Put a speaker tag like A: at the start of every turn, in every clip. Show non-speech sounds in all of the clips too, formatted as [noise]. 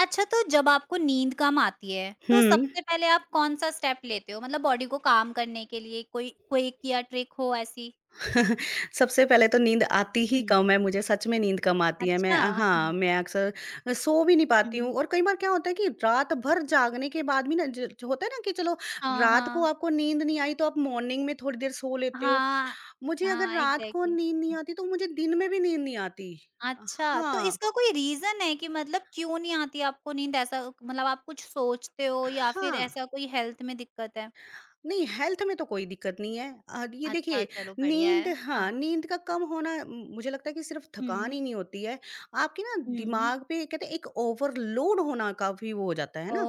A: अच्छा, तो जब आपको नींद कम आती है, तो
B: हुँ।
A: सबसे पहले आप कौन-सा स्टेप लेते हो? मतलब बॉडी को काम करने के लिए कोई क्विक या ट्रिक हो ऐसी?
B: सबसे पहले तो नींद आती ही
A: हुँ।
B: कम है, मुझे सच में नींद कम आती है। मैं
A: अच्छा।
B: अ, हाँ,
A: हुँ,
B: मैं अक्सर सो भी नहीं पाती हूँ
A: हुँ।
B: और कई बार क्या होता है कि रात भर जागने के बाद भी ना ज जो होता है ना कि चलो
A: हाँ,
B: रात को
A: हाँ।
B: आपको नींद नहीं आई तो आप मॉर्निंग में थोड़ी देर सो लेते हो।
A: हाँ,
B: मुझे अगर
A: हाँ,
B: रात को
A: एग्ज़ैक्टली।
B: नींद नहीं
A: हुँ।
B: आती तो मुझे दिन में भी नींद नहीं आती।
A: अच्छा, तो
B: हाँ,
A: इसका कोई रीज़न है कि मतलब क्यों नहीं आती आपको नींद ऐसा मतलब आप कुछ सोचते हो या फिर
B: हाँ।
A: ऐसा कोई हेल्थ में दिक्कत है?
B: नहीं, हेल्थ में तो कोई दिक्कत नहीं है। ये
A: अच्छा,
B: देखिए
A: चलो बढ़िया
B: नींद
A: है।
B: हाँ,
A: हाँ।
B: नींद का कम होना म मुझे लगता है कि सिर्फ़ थकान
A: हुँ।
B: ही नहीं होती है, आपके ना
A: हुँ।
B: दिमाग पे कहते हैं एक ओवरलोड होना का भी वो हो जाता है ना।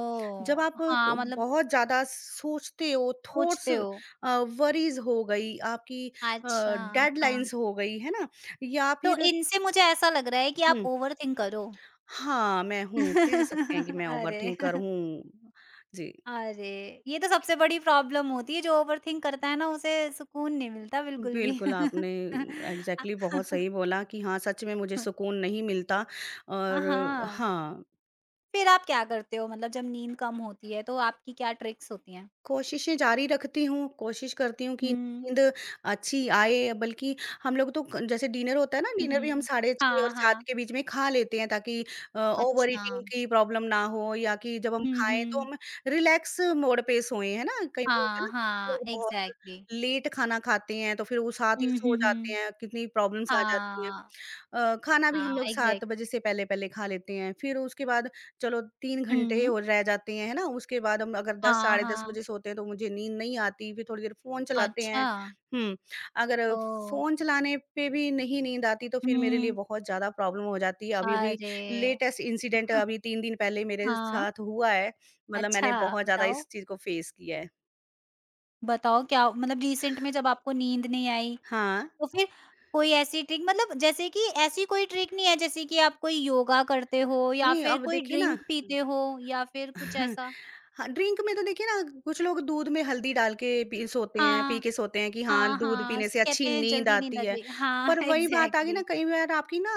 B: जब आप
A: हाँ,
B: क
A: मतलब
B: बहुत ज़्यादा सोचते हो, थॉट्स
A: सोचते हो।
B: वरीज़ हो गई, आपकी
A: अच्छा, हाँ।
B: डेडलाइन्स हो गई, है ना? या
A: तो
B: फिर।
A: इनसे मुझे ऐसा लग रहा है कि आप
B: हुँ,
A: ओवरथिंक करो।
B: हाँ, मैं हूँ, कह सकते हैं कि
A: [laughs]
B: मैं
A: अरे!
B: ओवरथिंकर
A: [laughs]
B: हूँ। जी।
A: अरे! ये तो सबसे बड़ी प्रॉब्लम होती है, जो ओवरथिंक करता है ना उसे सुकून नहीं मिलता बिल्कुल भी।
B: बिल्कुल, आपने
A: [laughs] अ,
B: एग्ज़ैक्टली बहुत सही बोला कि हाँ, सच में मुझे सुकून नहीं मिलता और
A: हाँ,
B: हाँ,
A: फिर आप क्या करते हो? मतलब जब नींद कम होती है तो आपकी क्या ट्रिक्स होती हैं?
B: कोशिशें जारी रखती हूँ, कोशिश करती हूँ कि
A: हुँ,
B: नींद अच्छी आए, बल्कि हम लोग तो क जैसे डिनर होता है ना,
A: हुँ,
B: डिनर भी हम
A: हुँ।
B: साढ़े 6 और
A: हाँ,
B: 7
A: हाँ।
B: के बीच में खा लेते हैं ताकि ओवर
A: अच्छा।
B: ईटिंग की प्रॉब्लम ना हो या कि जब हम
A: हुँ,
B: खाएँ तो
A: हुँ।
B: हम रिलैक्स मोड पे सोएँ, है ना? कई बार होता है
A: हाँ,
B: ना कुछ
A: हाँ,
B: लोग बहुत
A: एग्ज़ैक्टली।
B: लेट खाना खाते हैं तो फिर वो साथ ही
A: हुँ,
B: सो
A: हुँ,
B: जाते
A: हुँ।
B: हैं, कितनी प्रॉब्लम्स आ जाती हैं।
A: हाँ,
B: खाना भी हम
A: हाँ,
B: लोग 7 बजे
A: एग्ज़ैक्ट
B: से पहले-पहले खा लेते हैं, फिर उसके बाद चलो 3 घंटे
A: हुँ।
B: और रह जाते हैं, है ना? उसके बाद हम अगर 10
A: हाँ,
B: साढ़े 10
A: हाँ।
B: बजे सोते हैं तो मुझे नींद नहीं आती, फिर थोड़ी देर फ़ोन चलाते
A: अच्छा,
B: हैं। हुँ, अगर
A: ओह!
B: फ़ोन चलाने पे भी नहीं नींद आती तो फिर मेरे लिए
A: हुँ।
B: बहुत ज़्यादा प्रॉब्लम हो जाती है। अभी-अभी
A: अरे!
B: लेटेस्ट इंसिडेंट
A: हाँ,
B: अभी 3 दिन पहले मेरे
A: हाँ,
B: साथ हुआ है, मतलब
A: अच्छा
B: मैंने बहुत ज़्यादा
A: बताओ?
B: इस चीज़ को फ़ेस किया है।
A: बताओ क्या मतलब रिसेंट में जब आपको नींद नहीं आई,
B: हाँ,
A: तो फिर कोई ऐसी ट्रिक मतलब जैसे कि ऐसी कोई ट्रिक नहीं है जैसे कि आप कोई योगा करते हो या
B: नहीं
A: फिर
B: अब
A: कोई
B: देखिए ना
A: ड्रिंक पीते हो या फिर कुछ
B: [laughs]
A: ऐसा?
B: हाँ, ड्रिंक में तो देखिए ना कुछ लोग दूध में हल्दी डाल के पी
A: हाँ,
B: के सोते हैं कि हाँ,
A: हाँ,
B: दूध
A: हाँ,
B: पीने
A: स
B: से अच्छी
A: कहते हैं
B: नींद
A: जल्दी नींद
B: आती
A: आ
B: है।
A: जाए हाँ,
B: पर
A: [laughs]
B: वही बात आ गई ना
A: एग्ज़ैक्टली
B: कई बार आपकी ना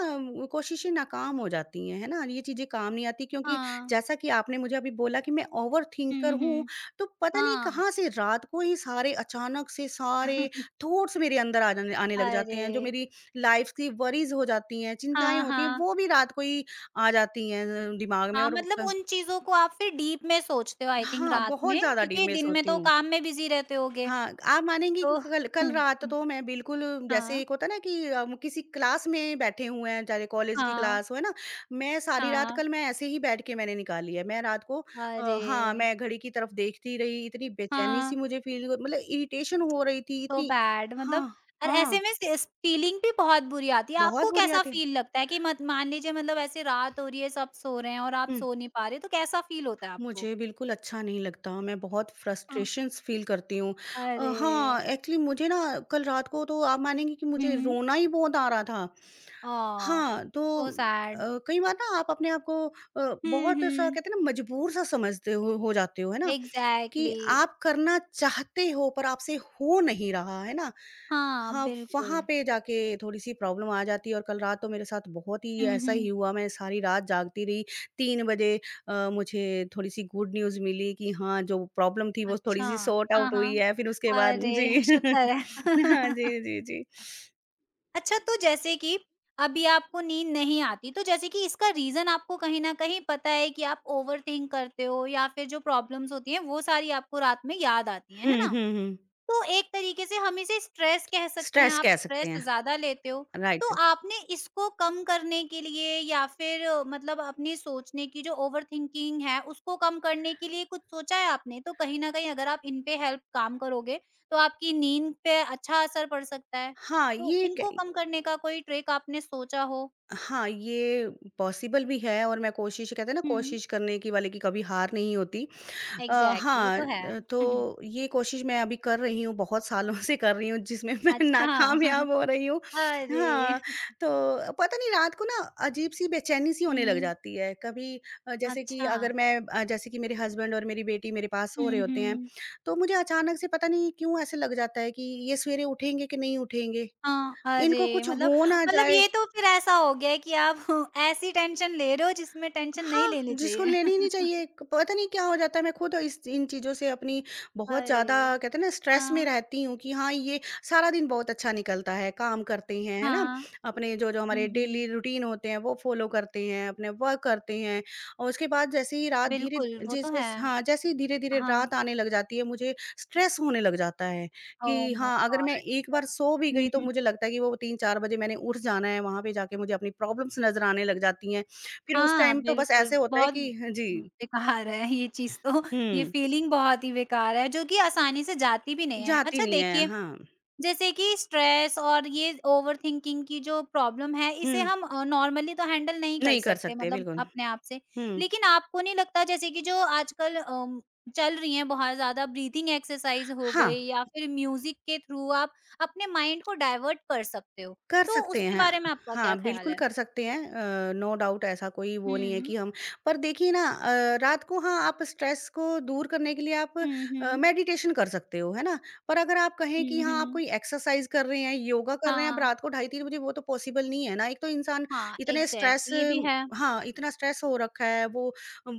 B: कोशिशें नाकाम हो जाती हैं, है ना? ये चीज़ें काम नहीं आती क्योंकि
A: हाँ,
B: जैसा कि आपने मुझे अभी बोला कि मैं ओवरथिंकर
A: हुँ,
B: हूँ,
A: हुँ,
B: तो पता नहीं
A: हाँ।
B: कहाँ से रात को ही सारे अचानक से सारे
A: [laughs]
B: थॉट्स मेरे अंदर आ जाने आने लग जाते
A: अरे!
B: हैं, जो मेरी लाइफ़ की वरीज़ हो जाती हैं, चिंताएँ
A: हाँ,
B: होती हैं,
A: हाँ।
B: वो भी रात को ही आ जाती हैं दिमाग में
A: हाँ,
B: और
A: मतलब उन चीज़ों को आप फिर डीप में सोचते हो आई थिंक
B: हाँ,
A: रात
B: बहुत
A: में,
B: ज़्यादा
A: क्योंकि
B: डीमिस
A: दिन में
B: होती
A: तो
B: हूँ।
A: काम में बिज़ी रहते होगे।
B: हाँ, आप मानेंगी कि
A: तो
B: कल
A: [laughs]
B: कल
A: हुँ,
B: रात
A: हुँ,
B: तो मैं बिल्कुल जैसे
A: हाँ,
B: एक होता है ना कि हम किसी क्लास में बैठे हुए हैं, चाहे कॉलेज की
A: हाँ,
B: क्लास हो, है ना? मैं सारी रात
A: हाँ।
B: कल मैं ऐसे ही बैठ के मैंने निकाली है। मैं रात को
A: अरे!
B: हाँ, मैं घड़ी की तरफ देखती रही, इतनी
A: हाँ,
B: बेचैनी-सी मुझे फ़ील मतलब इरिटेशन हो रही थी,
A: सो
B: इतनी
A: बैड मतलब
B: हाँ,
A: और
B: हाँ,
A: ऐसे में स फीलिंग भी बहुत बुरी आती है।
B: बहुत
A: आपको
B: बुरी
A: कैसा
B: आदत है।
A: फील लगता है कि मत मान लीजिए मतलब ऐसे रात हो रही है, सब सो रहे हैं और आप
B: हुँ।
A: सो नहीं पा रहे, तो कैसा फील होता है आपको?
B: मुझे बिल्कुल अच्छा नहीं लगता, मैं बहुत
A: [laughs]
B: फ्रस्ट्रेशंस फ़ील करती हूँ।
A: अरे!
B: हाँ, एक्चुअली मुझे ना कल रात को तो आप मानेंगी कि मुझे
A: हुँ।
B: रोना ही बहुत आ रहा था।
A: ओह!
B: हाँ, तो
A: सो सैड।
B: अ, कई बार ना आप अपने आप को
A: हुँ,
B: बहुत-सा
A: हुँ।
B: कहते हैं ना मजबूर-सा समझते हो जाते हो, है ना? कि
A: एग्ज़ैक्टली।
B: आप करना चाहते हो पर आपसे हो नहीं रहा, है ना?
A: हाँ,
B: हाँ,
A: बिल्कुल।
B: वहाँ पे जाके थोड़ी-सी प्रॉब्लम आ जाती है और कल रात तो मेरे साथ बहुत ही
A: हुँ,
B: ऐसा ही
A: हुँ।
B: हुआ, मैं सारी रात जागती रही। 3 बजे मुझे थोड़ी-सी गुड न्यूज़ मिली कि हाँ, जो प्रॉब्लम थी वो
A: अच्छा,
B: थोड़ी-सी सॉर्ट
A: हाँ,
B: आउट हुई
A: हाँ।
B: है, फिर उसके बाद जी।
A: अरे! शुक्र
B: [laughs] हाँ,
A: है।
B: जी, जी, जी।
A: अच्छा तो जैसे कि अभी आपको नींद नहीं आती, तो जैसे कि इसका रीज़न आपको कहीं न कहीं पता है कि आप ओवरथिंक करते हो या फिर जो प्रॉब्लम्स होती हैं, वो सारी आपको रात में याद आती हैं,
B: हुँ,
A: है ना?
B: हुँ, हुँ।
A: तो एक तरीके से हम इसे स्ट्रेस कह सकते हैं,
B: स्ट्रेस
A: आप
B: कह सकते
A: स्ट्रेस
B: हैं,
A: ज़्यादा लेते हो। तो
B: राइट।
A: आपने इसको कम करने के लिए या फिर मतलब अपनी सोचने की जो ओवरथिंकिंग है, उसको कम करने के लिए कुछ सोचा है आपने? तो कहीं न कहीं अगर आप इन पे हेल्प काम करोगे, तो आपकी नींद पे अच्छा असर पड़ सकता है।
B: हाँ,
A: तो
B: ये
A: इनको
B: कई
A: कम करने का कोई ट्रिक आपने सोचा हो?
B: हाँ, ये पॉसिबल भी है और मैं कोशिश कहते हैं ना
A: हुँ,
B: कोशिश करने की वाले की कभी हार नहीं होती। अ,
A: एग्ज़ैक्टली ये
B: हाँ
A: तो है। [laughs]
B: तो ये कोशिश मैं अभी कर रही हूँ, बहुत सालों [laughs] से कर रही हूँ जिसमें मैं [laughs]
A: अच्छा [laughs]
B: नाकामयाब हो रही हूँ।
A: अरे!
B: हाँ, तो पता नहीं रात को ना अजीब-सी बेचैनी-सी होने लग
A: हुँ,
B: जाती है। कभी जैसे कि
A: अच्छा।
B: अगर मैं जैसे कि मेरे हस्बैंड और मेरी बेटी मेरे पास सो
A: हुँ,
B: रहे होते हैं,
A: हुँ।
B: तो मुझे अचानक से पता नहीं क्यों ऐसे लग जाता है कि ये सवेरे उठेंगे कि नहीं उठेंगे?
A: हाँ,
B: इनको
A: अरे!
B: कुछ
A: मतलब
B: हो ना
A: मतलब
B: जाए।
A: ये तो फिर ऐसा हो गया है कि आप [laughs] ऐसी टेंशन ले रहे हो जिसमें टेंशन नहीं
B: हाँ,
A: लेनी
B: जिसको
A: चाहिए।
B: लेनी ही नहीं
A: [laughs]
B: चाहिए। क पता नहीं क्या हो जाता है, मैं खुद इस इन चीज़ों से अपनी बहुत ज़्यादा
A: अरे!
B: कहते हैं ना स्ट्रेस में
A: हाँ,
B: रहती हूँ कि हाँ, ये सारा दिन बहुत अच्छा निकलता है, काम करते हैं, है ना?
A: हाँ।
B: अपने जो-जो
A: हुँ,
B: हमारे डेली
A: हुँ।
B: रूटीन होते हैं, वो फ़ॉलो करते हैं, अपने वर्क करते हैं और उसके बाद जैसे ही रात धीरे
A: बिल्कुल, वो तो
B: जैसे
A: है।
B: हाँ, जैसे ही धीरे-धीरे
A: हाँ।
B: रात आने लग जाती है, मुझे स्ट्रेस होने लग जाता है
A: ओह
B: कि
A: माय
B: हाँ, अगर मैं
A: गॉड!
B: एक बार सो भी
A: मतलब
B: गई, तो
A: हुँ।
B: मुझे लगता है कि वो 3-4 बजे मैंने उठ जाना है, वहाँ पे जाके मुझे अपनी प्रॉब्लम्स नज़र आने लग जाती हैं। फिर उस
A: हाँ,
B: टाइम तो बस ऐसे
A: बिल्कुल।
B: होता है
A: बहुत
B: कि हाँ जी,
A: बेकार है ये चीज़ तो, [laughs] ये
B: हुँ,
A: फीलिंग बहुत ही बेकार है जो कि आसानी से जाती भी नहीं है।
B: जाती
A: अच्छा
B: नहीं है,
A: देखिए
B: हाँ।
A: जैसे कि स्ट्रेस और ये ओवरथिंकिंग की जो प्रॉब्लम है, इसे
B: हुँ,
A: हम नॉर्मली तो हैंडल नहीं कर
B: नहीं कर
A: सकते
B: सकते
A: मतलब
B: बिल्कुल।
A: अपने आप से।
B: हुँ,
A: लेकिन आपको नहीं लगता जैसे कि जो आजकल चल रही हैं बहुत ज़्यादा ब्रीथिंग एक्सरसाइज़ हो
B: हाँ।
A: गई या फिर म्यूज़िक के थ्रू आप अपने माइंड को डाइवर्ट कर सकते हो,
B: कर
A: तो
B: सकते
A: उसके
B: हैं।
A: बारे में आपका क्या
B: हाँ,
A: ख़्याल
B: बिल्कुल
A: है?
B: कर सकते हैं नो डाउट ऐसा कोई वो नहीं है
A: हुँ।
B: कि हम पर देखिए ना रात को हाँ, आप स्ट्रेस को दूर करने के लिए आप
A: हुँ, हुँ।
B: मेडिटेशन कर सकते हो, है ना? पर अगर आप कहें कि
A: हुँ,
B: हाँ, आप
A: हुँ।
B: कोई एक्सरसाइज़ कर रहे हैं, योगा कर रहे हैं, अब
A: हाँ,
B: रात को ढाई 3 बजे वो तो पॉसिबल नहीं है ना। एक तो इंसान
A: हाँ,
B: इतने स्ट्रेस
A: एग्ज़ैक्टली ये भी है।
B: हाँ, इतना स्ट्रेस हो रखा है, वो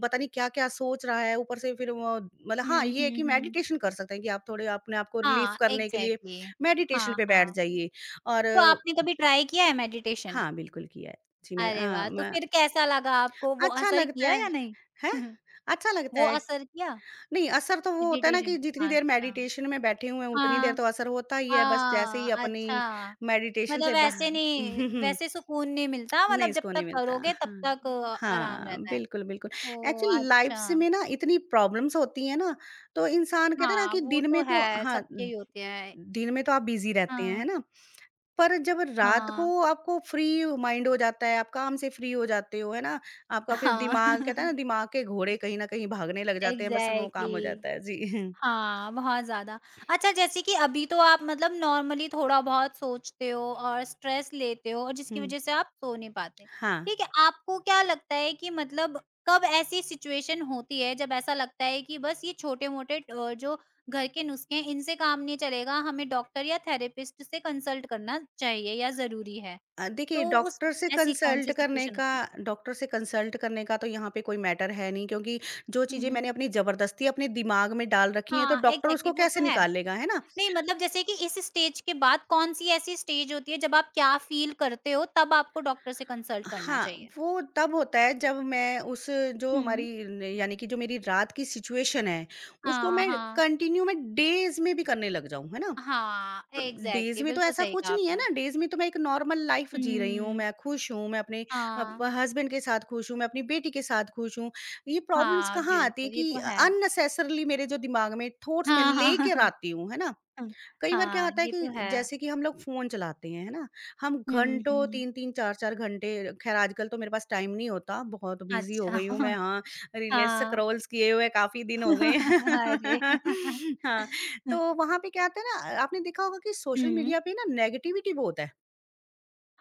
B: पता नहीं क्या-क्या सोच रहा है, ऊपर से फिर वो मतलब हाँ,
A: हुँ,
B: ये है
A: हुँ,
B: कि
A: हुँ।
B: मेडिटेशन कर सकते हैं कि आप थोड़े अपने आप को रिलीफ़
A: हाँ,
B: करने के लिए
A: एग्ज़ैक्टली।
B: मेडिटेशन
A: हाँ,
B: पे बैठ
A: हाँ।
B: जाइए और
A: तो आपने कभी ट्राई किया है मेडिटेशन?
B: हाँ, बिल्कुल किया है। जी, मैं
A: अरे
B: हाँ,
A: वाह! तो
B: मैं
A: फिर कैसा लगा आपको? वो
B: अच्छा
A: असर
B: लगता
A: किया
B: है,
A: या नहीं?
B: हैं?
A: [laughs]
B: अच्छा लगता
A: वो
B: है।
A: असर किया
B: नहीं, असर तो वो होता है ना कि
A: मेडिटेशन?
B: जितनी देर
A: अच्छा।
B: मेडिटेशन में बैठे हुए हैं, उतनी देर
A: हाँ।
B: तो असर होता ही है, बस जैसे ही
A: हाँ,
B: अपनी
A: अच्छा।
B: मेडिटेशन
A: मतलब
B: से बाह
A: वैसे नहीं
B: [laughs]
A: वैसे सुकून नहीं मिलता
B: नहीं,
A: मतलब जब
B: इसको नहीं
A: तक
B: मिलता।
A: करोगे तब
B: हाँ,
A: तक आराम
B: हाँ,
A: रहता है।
B: बिल्कुल, बिल्कुल।
A: ओह!
B: एक्चुअली लाइफ से
A: अच्छा।
B: में ना इतनी प्रॉब्लम्स होती हैं ना, तो इंसान कहते हैं ना
A: हाँ,
B: कि
A: वो
B: दिन
A: तो
B: में तो
A: है
B: हाँ,
A: सबके ही होते हैं।
B: दिन में तो आप बिज़ी रहते हैं,
A: हाँ,
B: है ना? पर जब रात को
A: हाँ,
B: आपको फ्री माइंड हो जाता है, आप काम से फ्री हो जाते हो, है ना? आपका फिर
A: हाँ।
B: दिमाग कहते हैं ना
A: [laughs]
B: दिमाग के घोड़े कहीं न कहीं भागने लग जाते हैं, बस वो काम हो
A: एग्ज़ैक्टली।
B: जाता है। जी। [laughs]
A: हाँ, बहुत ज़्यादा। अच्छा जैसे कि अभी तो आप मतलब नॉर्मली थोड़ा-बहुत सोचते हो और स्ट्रेस लेते हो और जिसकी
B: हुँ।
A: वज़ह से आप सो नहीं पाते।
B: हाँ।
A: ठीक है, आपको क्या लगता है कि मतलब कब ऐसी सिचुएशन होती है जब ऐसा लगता है कि बस ये छोटे-मोटे जो घर के नुस्खे हैं इनसे काम नहीं चलेगा, हमें डॉक्टर या थेरेपिस्ट से कंसल्ट करना चाहिए या ज़रूरी है?
B: देखिए
A: तो उस ऐसी कौन-सी सिचुएशन होती है?
B: डॉक्टर से कंसल्ट करने का तो यहाँ पे कोई मैटर है नहीं क्योंकि जो
A: हुँ,
B: चीज़ें मैंने
A: हुँ।
B: अपनी ज़बरदस्ती अपने दिमाग में डाल रखी हैं, तो
A: हाँ,
B: डॉक्टर उसको
A: एग्ज़ैक्टली वो
B: कैसे
A: तो है।
B: निकाल लेगा, है ना?
A: नहीं मतलब जैसे कि इस स्टेज के बाद कौन-सी ऐसी स्टेज होती है जब आप क्या फ़ील करते हो तब आपको डॉक्टर से कंसल्ट करना
B: हाँ,
A: चाहिए?
B: वो तब होता है जब मैं उस जो हमारी
A: हुँ।
B: न यानी कि जो मेरी रात की सिचुएशन है, उसको
A: हाँ,
B: मैं
A: हाँ।
B: कंटिन्यू मैं डेज़ में भी करने लग जाऊँ, है ना?
A: हाँ,
B: तो डेज़
A: एग्ज़ैक्टली
B: में तो
A: बिल्कुल
B: ऐसा
A: सही
B: कुछ
A: कहा
B: नहीं है
A: आपने।
B: ना, डेज़ में तो मैं एक नॉर्मल लाइफ़ जी रही हूँ,
A: हुँ,
B: मैं खुश हूँ, मैं अपने अ,
A: हाँ,
B: प हस्बैंड के साथ खुश हूँ, मैं अपनी बेटी के साथ खुश हूँ। ये प्रॉब्लम्स
A: हाँ,
B: कहाँ आती है
A: बिल्कुल ये
B: कि
A: तो है।
B: अननेसेसरीली मेरे जो दिमाग में थॉट्स मैं
A: हाँ, हाँ।
B: लेकर
A: [laughs]
B: आती हूँ, है ना?
A: हुँ,
B: कई बार क्या
A: हाँ,
B: होता है
A: ये
B: कि
A: तो है।
B: जैसे कि हम लोग फ़ोन चलाते हैं, है ना? हम
A: हुँ,
B: घंटों
A: हुँ।
B: 3-3 4-4 घंटे ख़ैर आजकल तो मेरे पास टाइम नहीं होता, बहुत बिज़ी हो
A: अच्छा
B: गई हूँ मैं
A: [laughs]
B: हाँ, रील्स
A: हाँ।
B: स्क्रॉल्स किए हुए काफ़ी दिन हो गए।
A: [laughs]
B: हैं।
A: अरे!
B: [laughs] हाँ,
A: [laughs]
B: तो वहाँ पे क्या होता है ना आपने देखा होगा कि सोशल
A: हुँ।
B: मीडिया पे ना नेगेटिविटी बहुत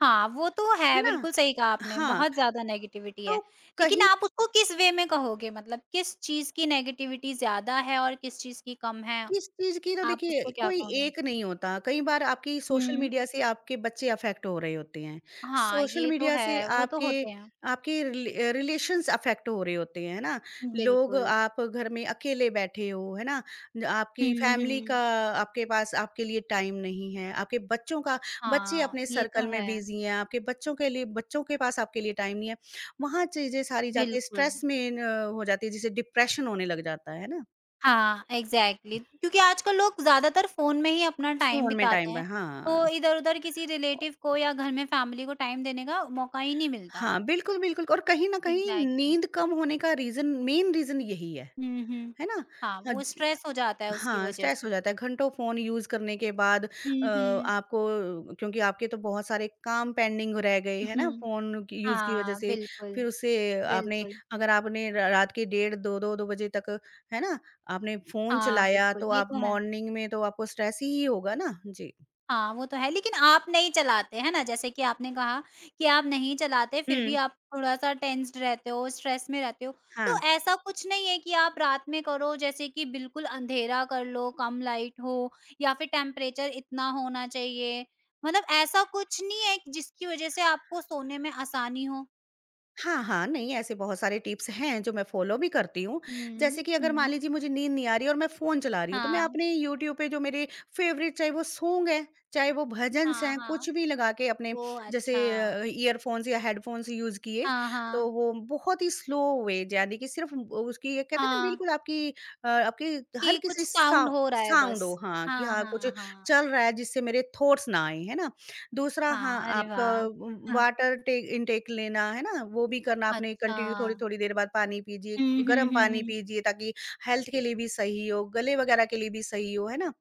A: हाँ, वो तो
B: है
A: है,
B: ना?
A: बिल्कुल सही कहा आपने,
B: हाँ,
A: बहुत ज़्यादा नेगेटिविटी है।
B: तो
A: लेकिन
B: कहीं
A: आप उसको किस वे में कहोगे? मतलब किस चीज़ की नेगेटिविटी ज़्यादा है और किस चीज़ की कम है?
B: किस चीज़ की तो
A: आप
B: देखिए
A: उसको क्या
B: कोई
A: कहोगे?
B: एक नहीं होता। कई बार आपकी सोशल
A: हुँ।
B: मीडिया से आपके बच्चे अफ़ेक्ट हो रहे होते हैं।
A: हाँ,
B: सोशल
A: ये तो
B: मीडिया से
A: है, वो तो
B: आपके
A: होते हैं।
B: आपके रिलेशन्स अफ़ेक्ट हो रहे होते हैं, है ना? लोग
A: बिल्कुल।
B: आप घर में अकेले बैठे हो, है ना?
A: हुँ,
B: आपकी फैमिली का
A: हुँ।
B: आपके पास आपके लिए टाइम नहीं है, आपके बच्चों का बच्चे
A: हाँ,
B: अपने
A: ये तो
B: सर्कल में
A: है।
B: बिज़ी हैं, आपके बच्चों के लिए बच्चों के पास आपके लिए टाइम नहीं है। वहाँ चीज़ें सारी जाके
A: बिल्कुल।
B: स्ट्रेस में न हो जाती है, जिसे डिप्रेशन होने लग जाता है ना?
A: हाँ, एग्ज़ैक्टली क्योंकि आजकल लोग ज़्यादातर फ़ोन में ही अपना टाइम
B: फ़ोन में
A: बिताते
B: टाइम ब
A: हैं,
B: हाँ।
A: तो इधर-उधर किसी रिलेटिव को या घर में फैमिली को टाइम देने का मौका ही नहीं मिलता।
B: हाँ, बिल्कुल, बिल्कुल और कहीं न कहीं
A: एग्ज़ैक्टली।
B: नींद कम होने का रीज़न मेन रीज़न यही
A: हुँ, हुँ।
B: है ना?
A: हाँ,
B: हाँ
A: वो
B: ज
A: स्ट्रेस हो जाता है उसकी
B: हाँ,
A: वज़ह
B: स्ट्रेस हो
A: से।
B: जाता है घंटों फ़ोन यूज़ करने के बाद
A: हुँ, हुँ।
B: आपको क्योंकि आपके तो बहुत सारे काम पेंडिंग रह गए, है ना?
A: हुँ।
B: फ़ोन की यूज़ की वज़ह
A: हाँ,
B: से
A: बिल्कुल,
B: फिर उससे आपने
A: बिल्कुल।
B: अगर आपने र रात के डेढ़ 2-2 2 बजे तक, है ना? आपने फ़ोन
A: हाँ,
B: चलाया
A: बिल्कुल,
B: तो
A: ये
B: आप
A: तो है।
B: मॉर्निंग में तो आपको स्ट्रेस ही होगा ना? जी।
A: हाँ, वो तो है लेकिन आप नहीं चलाते, है ना? जैसे कि आपने कहा कि आप नहीं चलाते फिर भी
B: हुँ,
A: आप थोड़ा-सा टेंस्ड रहते हो, स्ट्रेस में रहते हो। तो
B: हाँ।
A: ऐसा कुछ नहीं है कि आप रात में करो जैसे कि बिल्कुल अंधेरा कर लो, कम लाइट हो या फिर टेम्परेचर इतना होना चाहिए। मतलब ऐसा कुछ नहीं है कि जिसकी वज़ह से आपको सोने में आसानी हो?
B: हाँ, हाँ, नहीं ऐसे बहुत सारे टिप्स हैं जो मैं फ़ॉलो भी करती हूँ। जैसे
A: हुँ,
B: कि अगर मान
A: हुँ।
B: लीजिए मुझे नींद नहीं आ रही है और मैं फ़ोन चला रही हूँ, तो मैं
A: हाँ,
B: अपने यूट्यूब पे जो मेरे फ़ेवरेट चाहे वो सॉन्ग हैं, चाहे वो भजन्स
A: हाँ,
B: हैं,
A: हाँ।
B: कुछ भी लगा के अपने
A: ओह!
B: जैसे
A: अच्छा।
B: ईयरफ़ोन्स या हेडफ़ोन्स यूज़ किए,
A: हाँ,
B: तो
A: हाँ।
B: वो बहुत ही स्लो वे यानी कि सिर्फ़ उसकी ये कहते हैं ना
A: हाँ,
B: बिल्कुल आपकी
A: कि कुछ
B: हल्की-सी
A: साउंड हो रहा है
B: साउंड साउंड
A: बस।
B: हो हाँ, कि
A: हाँ,
B: हाँ, कुछ
A: हाँ, हाँ।
B: चल रहा है जिससे मेरे थॉट्स ना आएँ, है ना? दूसरा हाँ,
A: हाँ, अरे
B: आपका
A: वाह!
B: व
A: हाँ,
B: वाटर टेक इनटेक लेना, है ना? वो भी करना आपने
A: अच्छा।
B: कंटिन्यू थोड़ी-थोड़ी देर बाद पानी पीजिए,
A: हुँ, हुँ,
B: गरम
A: हुँ,
B: पानी
A: हुँ।
B: पीजिए ताकि हेल्थ के लिए भी सही हो, गले वगैरह के लिए भी सही हो, है ना?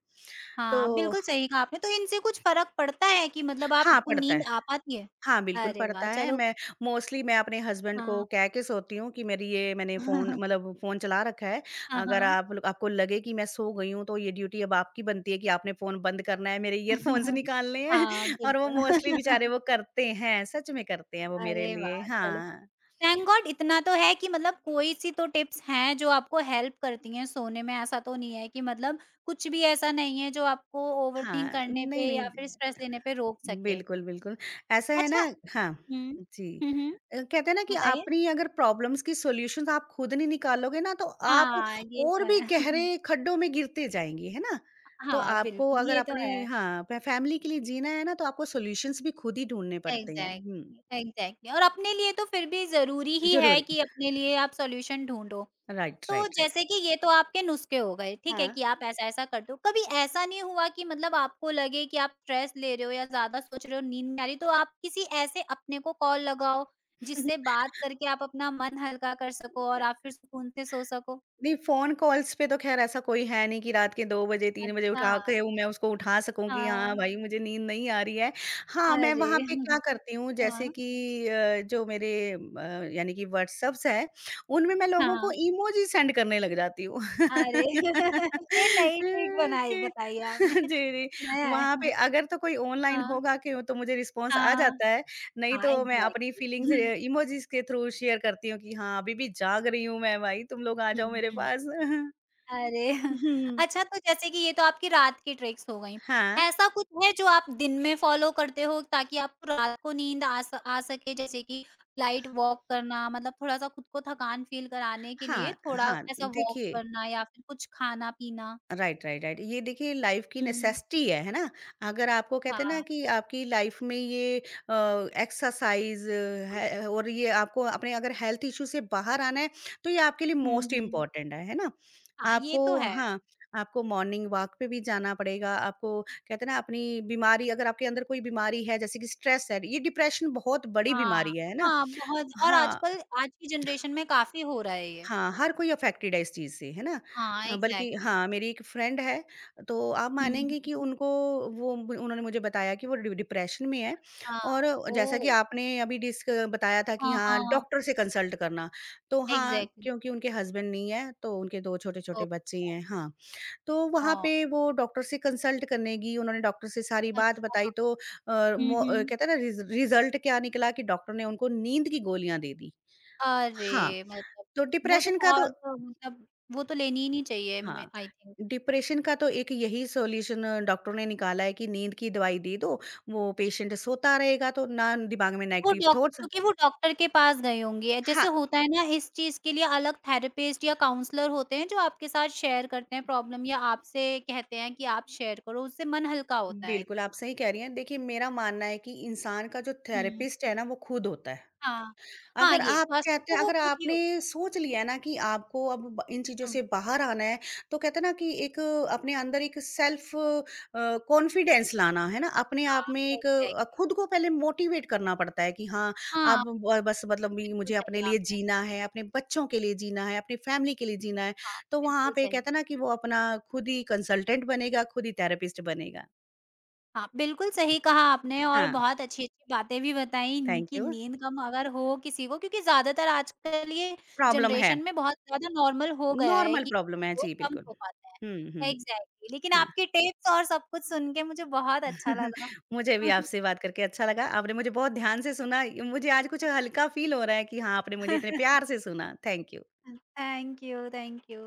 A: हाँ,
B: तो
A: बिल्कुल सही कहा आपने, तो इनसे कुछ फ़र्क पड़ता है कि मतलब
B: हाँ,
A: आपको
B: पड़ता
A: नींद
B: है।
A: आ पाती है?
B: हाँ, बिल्कुल
A: अरे
B: पड़ता
A: वाह!
B: है।
A: चलो
B: मैं मोस्टली मैं अपने हस्बैंड को
A: हाँ।
B: कह के सोती हूँ कि मेरी ये मैंने फ़ोन
A: [laughs]
B: मतलब फ़ोन चला रखा है।
A: हाँ,
B: अगर
A: हाँ।
B: आप लोग आपको लगे कि मैं सो गई हूँ, तो ये ड्यूटी अब आपकी बनती है कि आपने फ़ोन बंद करना है, मेरे ईयरफ़ोन्स
A: [laughs]
B: निकालने हैं।
A: हाँ,
B: [laughs] और वो मोस्टली बेचारे
A: बिल्कुल।
B: वो
A: [laughs]
B: करते हैं, सच में करते हैं वो मेरे
A: अरे
B: लिए।
A: वाह! चलो
B: हाँ।
A: थैंक गॉड इतना तो है कि मतलब कोई सी तो टिप्स हैं जो आपको हेल्प करती हैं सोने में, ऐसा तो नहीं है कि मतलब कुछ भी ऐसा नहीं है जो आपको ओवरथिंक
B: हाँ,
A: करने
B: नहीं,
A: पे या
B: नहीं।
A: फिर स्ट्रेस लेने पे रोक सके।
B: बिल्कुल, बिल्कुल। ऐसा है
A: अच्छा
B: ना हाँ,
A: हुँ।
B: जी।
A: हुँ, हुँ,
B: कहते हैं ना कि
A: बताइए?
B: अपनी अगर प्रॉब्लम्स की सॉल्यूशंस आप खुद नहीं निकालोगे ना तो आप
A: हाँ, ये
B: और
A: तो
B: भी
A: है। [laughs]
B: गहरे खड्डों में गिरते जाएँगे, है ना? तो
A: हाँ,
B: आपको
A: बिल्कुल,
B: अगर
A: ये तो
B: अपने
A: है।
B: हाँ, फ फैमिली के लिए जीना है ना तो आपको सॉल्यूशंस भी खुद ही ढूँढने पड़ते हैं। हुँ,
A: एग्ज़ैक्टली, एग्ज़ैक्टली और अपने लिए तो फिर भी ज़रूरी ही है
B: ज़रूरी
A: कि अपने लिए आप सॉल्यूशन ढूँढो।
B: राइट,
A: तो
B: राइट, राइट।
A: जैसे कि ये तो आपके नुस्खे हो गए, ठीक है,
B: हाँ।
A: कि आप ऐसा-ऐसा करते हो। कभी ऐसा नहीं हुआ कि मतलब आपको लगे कि आप स्ट्रेस ले रहे हो या ज़्यादा सोच रहे हो, नींद नहीं आ रही, तो आप किसी ऐसे अपने को कॉल लगाओ, जिससे
B: [laughs]
A: बात करके आप अपना मन हल्का कर सको और आप फिर सुकून से सो सको?
B: नहीं, फ़ोन कॉल्स पे तो ख़ैर ऐसा कोई है नहीं कि रात के 2 बजे 3 बजे
A: अच्छा,
B: उठा के वो मैं उसको उठा सकूँ कि हाँ,
A: हाँ।
B: भाई मुझे नींद नहीं आ रही है। हाँ, मैं
A: अरे!
B: वहाँ पे क्या
A: [laughs]
B: करती हूँ जैसे
A: हाँ,
B: कि अ, जो मेरे अ, यानी कि व्हाट्सएप्स है, उनमें मैं लोगों को
A: हाँ।
B: इमोजी सेंड करने लग जाती हूँ।
A: अरे!
B: [laughs]
A: [laughs] ये नई ट्रिक बनाई
B: कि
A: बताई आपने,
B: [laughs] जी, जी।
A: कुछ नया है।
B: वहाँ पे अगर तो कोई ऑनलाइन
A: हाँ,
B: होगा क्यों तो मुझे रिस्पॉन्स आ
A: हाँ,
B: जाता है, नहीं
A: हाँ,
B: तो मैं अपनी फीलिंग्स
A: एग्ज़ैक्टली। हुँ,
B: इमोजीज़ के थ्रू शेयर करती हूँ कि हाँ, अभी भी जाग रही हूँ मैं भाई, तुम लोग आ जाओ
A: हुँ,
B: मेरे
A: हुँ। [laughs]
B: पास। [laughs]
A: अरे! [laughs]
B: हुँ।
A: अच्छा तो जैसे कि ये तो आपकी रात की ट्रिक्स हो गईं।
B: हाँ।
A: ऐसा कुछ है जो आप दिन में फ़ॉलो करते हो ताकि आपको रात को नींद आ स आ सके जैसे कि लाइट वॉक करना मतलब थोड़ा-सा खुद को थकान फ़ील कराने के लिए
B: हाँ,
A: थोड़ा
B: हाँ,
A: ऐसा वॉक
B: देखिए
A: करना या फिर कुछ खाना-पीना?
B: Right, right, right. ये देखिए लाइफ़ की
A: हुँ।
B: नेसेसिटी है ना? अगर आपको कहते हैं ना
A: हाँ।
B: कि आपकी लाइफ़ में ये एक्सरसाइज़ है और ये आपको अपने अगर हेल्थ इश्यू से बाहर आना है, तो ये आपके लिए
A: हुँ,
B: मोस्ट
A: हुँ।
B: इम्पोर्टेंट है ना?
A: हाँ, ये
B: आपको
A: तो है।
B: हाँ, आपको मॉर्निंग वॉक पे भी जाना पड़ेगा, आपको कहते हैं ना अपनी बीमारी अगर आपके अंदर कोई बीमारी है, जैसे कि स्ट्रेस है, ये डिप्रेशन बहुत बड़ी
A: हाँ।
B: बीमारी है ना?
A: हाँ, बहुत और
B: हाँ।
A: आजकल आज की जनरेशन में काफ़ी हो रहा है ये।
B: हाँ, हर कोई अफ़ेक्टेड है इस चीज़ से, है ना?
A: हाँ,
B: बल्कि
A: एग्ज़ैक्टली।
B: हाँ, मेरी एक फ्रेंड है, तो आप
A: हुँ,
B: मानेंगी कि
A: हुँ।
B: उनको वो ब उन्होंने मुझे बताया कि वो डि डिप्रेशन में है
A: हाँ।
B: और जैसा कि
A: ओह!
B: आपने अभी डिस्क बताया था कि
A: हाँ,
B: हाँ,
A: हाँ।
B: डॉक्टर से कंसल्ट करना। तो हाँ,
A: एग्ज़ैक्टली।
B: क्योंकि उनके हस्बैंड नहीं है, तो उनके 2
A: ओह!
B: छोटे-छोटे बच्चे ही हैं, हाँ। तो वहाँ
A: ओह!
B: पे वो डॉक्टर से कंसल्ट करने गई, उन्होंने डॉक्टर से सारी बात बताई
A: अच्छा।
B: तो
A: हुँ, हुँ।
B: कहते हैं ना रिज़ल्ट क्या निकला कि डॉक्टर ने उनको नींद की गोलियाँ दे दी। हाँ,
A: अरे! मतलब
B: तो
A: वो तो
B: डिप्रेशन का तो
A: बहुत मतलब वो तो लेनी ही नहीं चाहिए मैं
B: हाँ,
A: आई थिंक।
B: डिप्रेशन का तो एक यही सॉल्यूशन डॉक्टरों ने निकाला है कि नींद की दवाई दे दो, वो पेशेंट सोता रहेगा तो ना दिमाग में
A: वो
B: नेगेटिव
A: डॉक
B: थॉट्स
A: क्योंकि वो डॉक्टर के पास गए होंगे।
B: हाँ,
A: जैसे होता है ना इस चीज़ के लिए अलग थेरेपिस्ट या काउंसलर होते हैं जो आपके साथ शेयर करते हैं प्रॉब्लम या आपसे कहते हैं कि आप शेयर करो, उससे मन हल्का होता है आई
B: बिल्कुल आप
A: थिंक।
B: सही कह रही हैं। देखिए मेरा मानना है कि इंसान का जो
A: हुँ।
B: थेरेपिस्ट है ना वो खुद होता है।
A: हाँ। हाँ,
B: अगर
A: ये
B: आप
A: फर्स्ट
B: कहते हैं
A: तो वो
B: अगर
A: खुद ही
B: आपने
A: होता
B: सोच लिया है ना कि आपको अब ब इन चीज़ों
A: है। हुँ।
B: से बाहर आना है, तो कहते हैं ना कि एक अपने अंदर एक सेल्फ कॉन्फिडेंस लाना, है ना? अपने आप
A: हाँ,
B: में एक
A: एग्ज़ैक्टली।
B: खुद को पहले मोटिवेट करना पड़ता है कि हाँ,
A: हाँ,
B: अब ब बस मतलब भी
A: बिल्कुल
B: मुझे
A: सही
B: अपने
A: कहा
B: लिए
A: आपने।
B: जीना है, अपने बच्चों के लिए जीना है, अपनी फैमिली के लिए जीना है।
A: हाँ,
B: तो वहाँ
A: बिल्कुल
B: पे
A: सही।
B: कहते हैं ना कि वो अपना खुद ही कंसल्टेंट बनेगा, खुद ही थेरेपिस्ट बनेगा।
A: हाँ, बिल्कुल सही कहा आपने और
B: हाँ,
A: बहुत अच्छी-अच्छी बातें भी बताई नी
B: थैंक
A: कि
B: यू।
A: नींद कम अगर हो किसी को क्योंकि ज़्यादातर आजकल ये
B: प्रॉब्लम है,
A: जनरेशन में बहुत ज़्यादा नॉर्मल हो गया है
B: नॉर्मल
A: कि
B: प्रॉब्लम है।
A: लोग
B: जी,
A: कम
B: बिल्कुल।
A: सो पाते
B: हुँ, हुँ।
A: हैं। एग्ज़ैक्टली लेकिन
B: हाँ।
A: आपकी टिप्स और सब कुछ सुन के मुझे बहुत अच्छा लगा।
B: [laughs] मुझे भी आपसे बात करके अच्छा लगा। आपने मुझे बहुत ध्यान से सुना। मुझे आज कुछ हल्का फ़ील हो रहा है कि हाँ, आपने मुझे इतने प्यार से
A: [laughs]
B: सुना। Thank you.
A: Thank you, thank you.